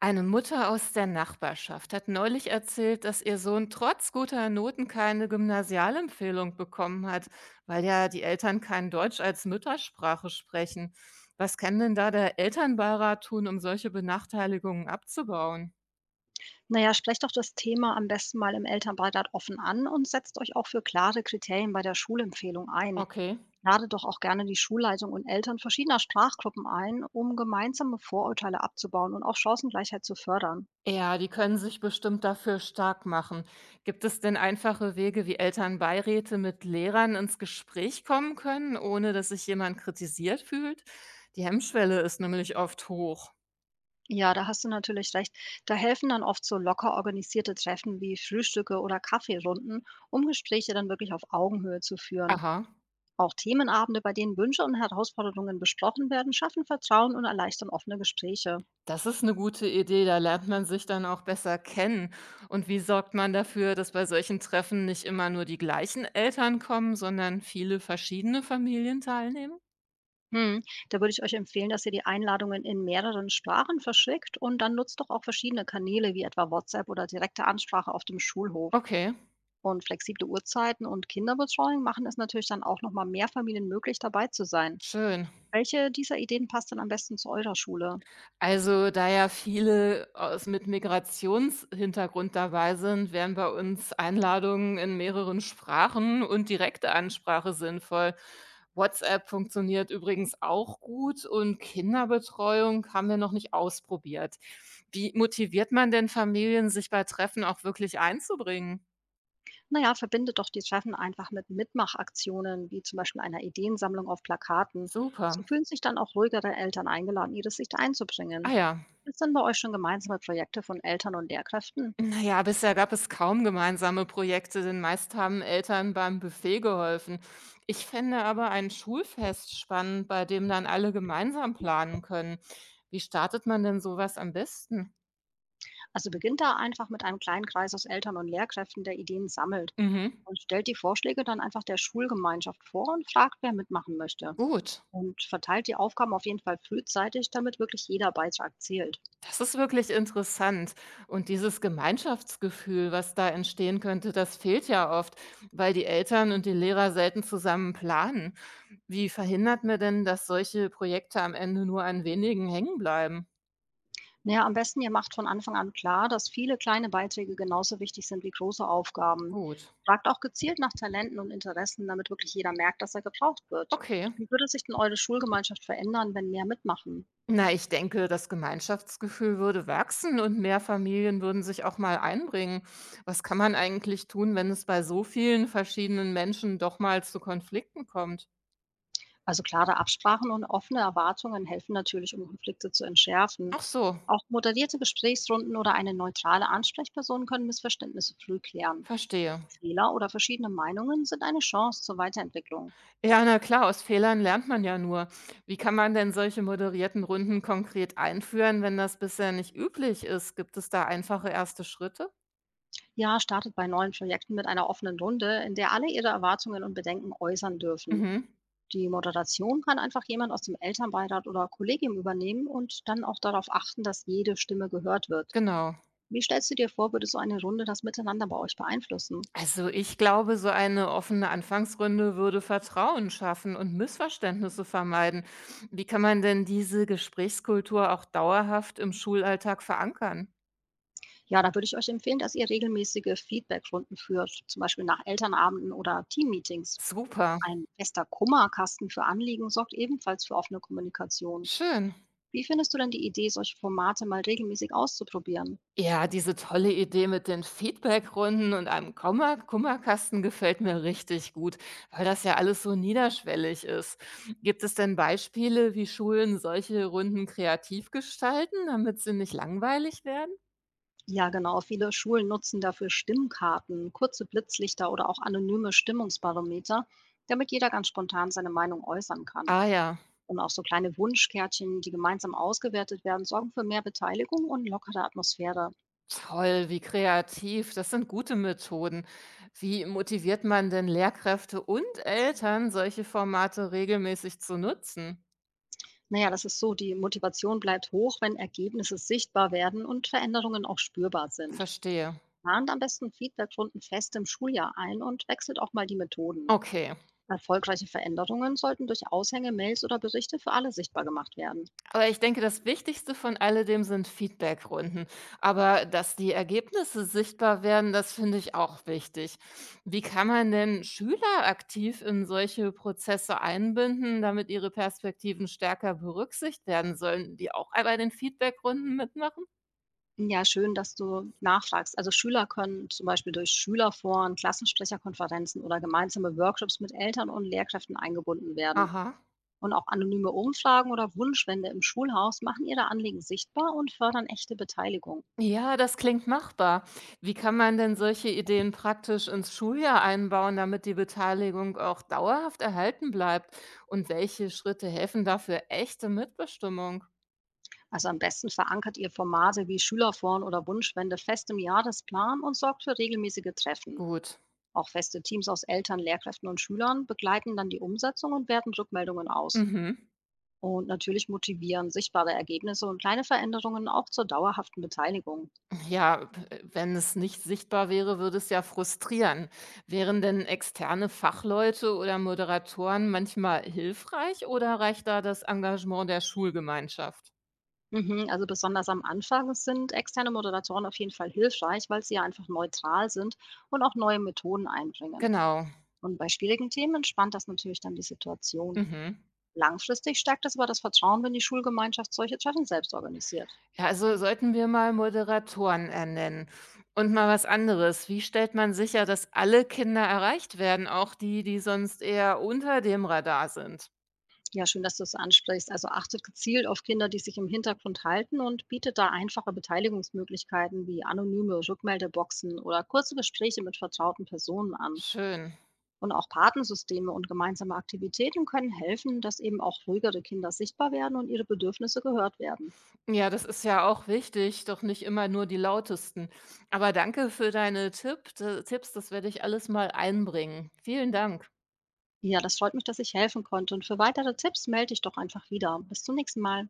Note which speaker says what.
Speaker 1: Eine Mutter aus der Nachbarschaft hat neulich erzählt, dass ihr Sohn trotz guter Noten keine Gymnasialempfehlung bekommen hat, weil ja die Eltern kein Deutsch als Muttersprache sprechen. Was kann denn da der Elternbeirat tun, um solche Benachteiligungen abzubauen?
Speaker 2: Na ja, sprecht doch das Thema am besten mal im Elternbeirat offen an und setzt euch auch für klare Kriterien bei der Schulempfehlung ein.
Speaker 1: Okay.
Speaker 2: Ladet doch auch gerne die Schulleitung und Eltern verschiedener Sprachgruppen ein, um gemeinsame Vorurteile abzubauen und auch Chancengleichheit zu fördern.
Speaker 1: Ja, die können sich bestimmt dafür stark machen. Gibt es denn einfache Wege, wie Elternbeiräte mit Lehrern ins Gespräch kommen können, ohne dass sich jemand kritisiert fühlt? Die Hemmschwelle ist nämlich oft hoch.
Speaker 2: Ja, da hast du natürlich recht. Da helfen dann oft so locker organisierte Treffen wie Frühstücke oder Kaffeerunden, um Gespräche dann wirklich auf Augenhöhe zu führen.
Speaker 1: Aha.
Speaker 2: Auch Themenabende, bei denen Wünsche und Herausforderungen besprochen werden, schaffen Vertrauen und erleichtern offene Gespräche.
Speaker 1: Das ist eine gute Idee, da lernt man sich dann auch besser kennen. Und wie sorgt man dafür, dass bei solchen Treffen nicht immer nur die gleichen Eltern kommen, sondern viele verschiedene Familien teilnehmen?
Speaker 2: Mhm. Da würde ich euch empfehlen, dass ihr die Einladungen in mehreren Sprachen verschickt und dann nutzt doch auch verschiedene Kanäle wie etwa WhatsApp oder direkte Ansprache auf dem Schulhof.
Speaker 1: Okay,
Speaker 2: Und flexible Uhrzeiten und Kinderbetreuung machen es natürlich dann auch nochmal mehr Familien möglich, dabei zu sein.
Speaker 1: schön.
Speaker 2: Welche dieser Ideen passt denn am besten zu eurer Schule?
Speaker 1: Also, da ja viele aus mit Migrationshintergrund dabei sind, wären bei uns Einladungen in mehreren Sprachen und direkte Ansprache sinnvoll. WhatsApp funktioniert übrigens auch gut und Kinderbetreuung haben wir noch nicht ausprobiert. Wie motiviert man denn Familien, sich bei Treffen auch wirklich einzubringen?
Speaker 2: Naja, verbindet doch die Treffen einfach mit Mitmachaktionen, wie zum Beispiel einer Ideensammlung auf Plakaten. So
Speaker 1: Super.
Speaker 2: fühlen sich dann auch ruhigere Eltern eingeladen, ihre Sicht
Speaker 1: Ah
Speaker 2: einzubringen.
Speaker 1: ja.
Speaker 2: Ist denn bei euch schon gemeinsame Projekte von Eltern und Lehrkräften?
Speaker 1: Na ja, bisher gab es kaum gemeinsame Projekte, denn meist haben Eltern beim Buffet geholfen. Ich fände aber ein Schulfest spannend, bei dem dann alle gemeinsam planen können. Wie startet man denn sowas am besten?
Speaker 2: Also beginnt da einfach mit einem kleinen Kreis aus Eltern und Lehrkräften, der Ideen sammelt
Speaker 1: Mhm.
Speaker 2: und stellt die Vorschläge dann einfach der Schulgemeinschaft vor und fragt, wer mitmachen möchte.
Speaker 1: Gut.
Speaker 2: Und verteilt die Aufgaben auf jeden Fall frühzeitig, damit wirklich jeder Beitrag zählt.
Speaker 1: Das ist wirklich interessant. Und dieses Gemeinschaftsgefühl, was da entstehen könnte, das fehlt ja oft, weil die Eltern und die Lehrer selten zusammen planen. Wie verhindert man denn, dass solche Projekte am Ende nur an wenigen hängen bleiben?
Speaker 2: Naja, am besten, ihr macht von Anfang an klar, dass viele kleine Beiträge genauso wichtig sind wie große Aufgaben.
Speaker 1: Gut.
Speaker 2: Fragt auch gezielt nach Talenten und Interessen, damit wirklich jeder merkt, dass er gebraucht wird.
Speaker 1: Okay.
Speaker 2: Wie würde sich denn eure Schulgemeinschaft verändern, wenn mehr mitmachen?
Speaker 1: Na, ich denke, das Gemeinschaftsgefühl würde wachsen und mehr Familien würden sich auch mal einbringen. Was kann man eigentlich tun, wenn es bei so vielen verschiedenen Menschen doch mal zu Konflikten kommt?
Speaker 2: Also klare Absprachen und offene Erwartungen helfen natürlich, um Konflikte zu entschärfen.
Speaker 1: Ach so,
Speaker 2: Auch moderierte Gesprächsrunden oder eine neutrale Ansprechperson können Missverständnisse früh klären.
Speaker 1: verstehe.
Speaker 2: Fehler oder verschiedene Meinungen sind eine Chance zur Weiterentwicklung.
Speaker 1: Ja, na klar, aus Fehlern lernt man ja nur. Wie kann man denn solche moderierten Runden konkret einführen, wenn das bisher nicht üblich ist? Gibt es da einfache erste Schritte?
Speaker 2: Ja, startet bei neuen Projekten mit einer offenen Runde, in der alle ihre Erwartungen und Bedenken äußern dürfen.
Speaker 1: Mhm,
Speaker 2: Die Moderation kann einfach jemand aus dem Elternbeirat oder Kollegium übernehmen und dann auch darauf achten, dass jede Stimme gehört wird.
Speaker 1: genau.
Speaker 2: Wie stellst du dir vor, würde so eine Runde das Miteinander bei euch beeinflussen?
Speaker 1: Also, ich glaube, so eine offene Anfangsrunde würde Vertrauen schaffen und Missverständnisse vermeiden. Wie kann man denn diese Gesprächskultur auch dauerhaft im Schulalltag verankern?
Speaker 2: Ja, da würde ich euch empfehlen, dass ihr regelmäßige Feedbackrunden führt, zum Beispiel nach Elternabenden oder Teammeetings.
Speaker 1: Super,
Speaker 2: Ein fester Kummerkasten für Anliegen sorgt ebenfalls für offene Kommunikation.
Speaker 1: schön.
Speaker 2: Wie findest du denn die Idee, solche Formate mal regelmäßig auszuprobieren?
Speaker 1: Ja, diese tolle Idee mit den Feedbackrunden und einem Komma Kummerkasten gefällt mir richtig gut, weil das ja alles so niederschwellig ist. Gibt es denn Beispiele, wie Schulen solche Runden kreativ gestalten, damit sie nicht langweilig werden?
Speaker 2: Ja, genau. Viele Schulen nutzen dafür Stimmkarten, kurze Blitzlichter oder auch anonyme Stimmungsbarometer, damit jeder ganz spontan seine Meinung äußern kann.
Speaker 1: Ah ja.
Speaker 2: Und auch so kleine Wunschkärtchen, die gemeinsam ausgewertet werden, sorgen für mehr Beteiligung und lockere Atmosphäre.
Speaker 1: Toll, wie kreativ. Das sind gute Methoden. Wie motiviert man denn Lehrkräfte und Eltern, solche Formate regelmäßig zu nutzen?
Speaker 2: Naja, das ist so, die Motivation bleibt hoch, wenn Ergebnisse sichtbar werden und Veränderungen auch spürbar sind.
Speaker 1: Verstehe.
Speaker 2: Plant am besten Feedbackrunden fest im Schuljahr ein und wechselt auch mal die Methoden.
Speaker 1: Okay.
Speaker 2: Erfolgreiche Veränderungen sollten durch Aushänge, Mails oder Berichte für alle sichtbar gemacht werden.
Speaker 1: Aber ich denke, das Wichtigste von alledem sind Feedbackrunden. Aber dass die Ergebnisse sichtbar werden, das finde ich auch wichtig. Wie kann man denn Schüler aktiv in solche Prozesse einbinden, damit ihre Perspektiven stärker berücksichtigt werden sollen, die auch bei den Feedbackrunden mitmachen?
Speaker 2: Ja, schön, dass du nachfragst. Also Schüler können zum Beispiel durch Schülerforen, Klassensprecherkonferenzen oder gemeinsame Workshops mit Eltern und Lehrkräften eingebunden werden.
Speaker 1: Aha.
Speaker 2: Und auch anonyme Umfragen oder Wunschwände im Schulhaus machen ihre Anliegen sichtbar und fördern echte Beteiligung.
Speaker 1: Ja, das klingt machbar. Wie kann man denn solche Ideen praktisch ins Schuljahr einbauen, damit die Beteiligung auch dauerhaft erhalten bleibt? Und welche Schritte helfen dafür echte Mitbestimmung?
Speaker 2: Also am besten verankert ihr Formate wie Schülerforen oder Wunschwände fest im Jahresplan und sorgt für regelmäßige Treffen.
Speaker 1: Gut.
Speaker 2: Auch feste Teams aus Eltern, Lehrkräften und Schülern begleiten dann die Umsetzung und werten Rückmeldungen aus.
Speaker 1: Mhm.
Speaker 2: Und natürlich motivieren sichtbare Ergebnisse und kleine Veränderungen auch zur dauerhaften Beteiligung.
Speaker 1: Ja, wenn es nicht sichtbar wäre, würde es ja frustrieren. Wären denn externe Fachleute oder Moderatoren manchmal hilfreich oder reicht da das Engagement der Schulgemeinschaft?
Speaker 2: Mhm, also besonders am Anfang sind externe Moderatoren auf jeden Fall hilfreich, weil sie ja einfach neutral sind und auch neue Methoden einbringen.
Speaker 1: Genau.
Speaker 2: Und bei schwierigen Themen entspannt das natürlich dann die Situation.
Speaker 1: Mhm.
Speaker 2: Langfristig stärkt es aber das Vertrauen, wenn die Schulgemeinschaft solche Treffen selbst organisiert.
Speaker 1: Ja, also sollten wir mal Moderatoren ernennen und mal was anderes. Wie stellt man sicher, dass alle Kinder erreicht werden, auch die, die sonst eher unter dem Radar sind?
Speaker 2: Ja, schön, dass du es ansprichst. Also achtet gezielt auf Kinder, die sich im Hintergrund halten und bietet da einfache Beteiligungsmöglichkeiten wie anonyme Rückmeldeboxen oder kurze Gespräche mit vertrauten Personen an.
Speaker 1: Schön.
Speaker 2: Und auch Patensysteme und gemeinsame Aktivitäten können helfen, dass eben auch ruhigere Kinder sichtbar werden und ihre Bedürfnisse gehört werden.
Speaker 1: Ja, das ist ja auch wichtig, doch nicht immer nur die lautesten. Aber danke für deine Tipps, das werde ich alles mal einbringen. Vielen Dank.
Speaker 2: Ja, das freut mich, dass ich helfen konnte. Und für weitere Tipps melde ich doch einfach wieder. Bis zum nächsten Mal.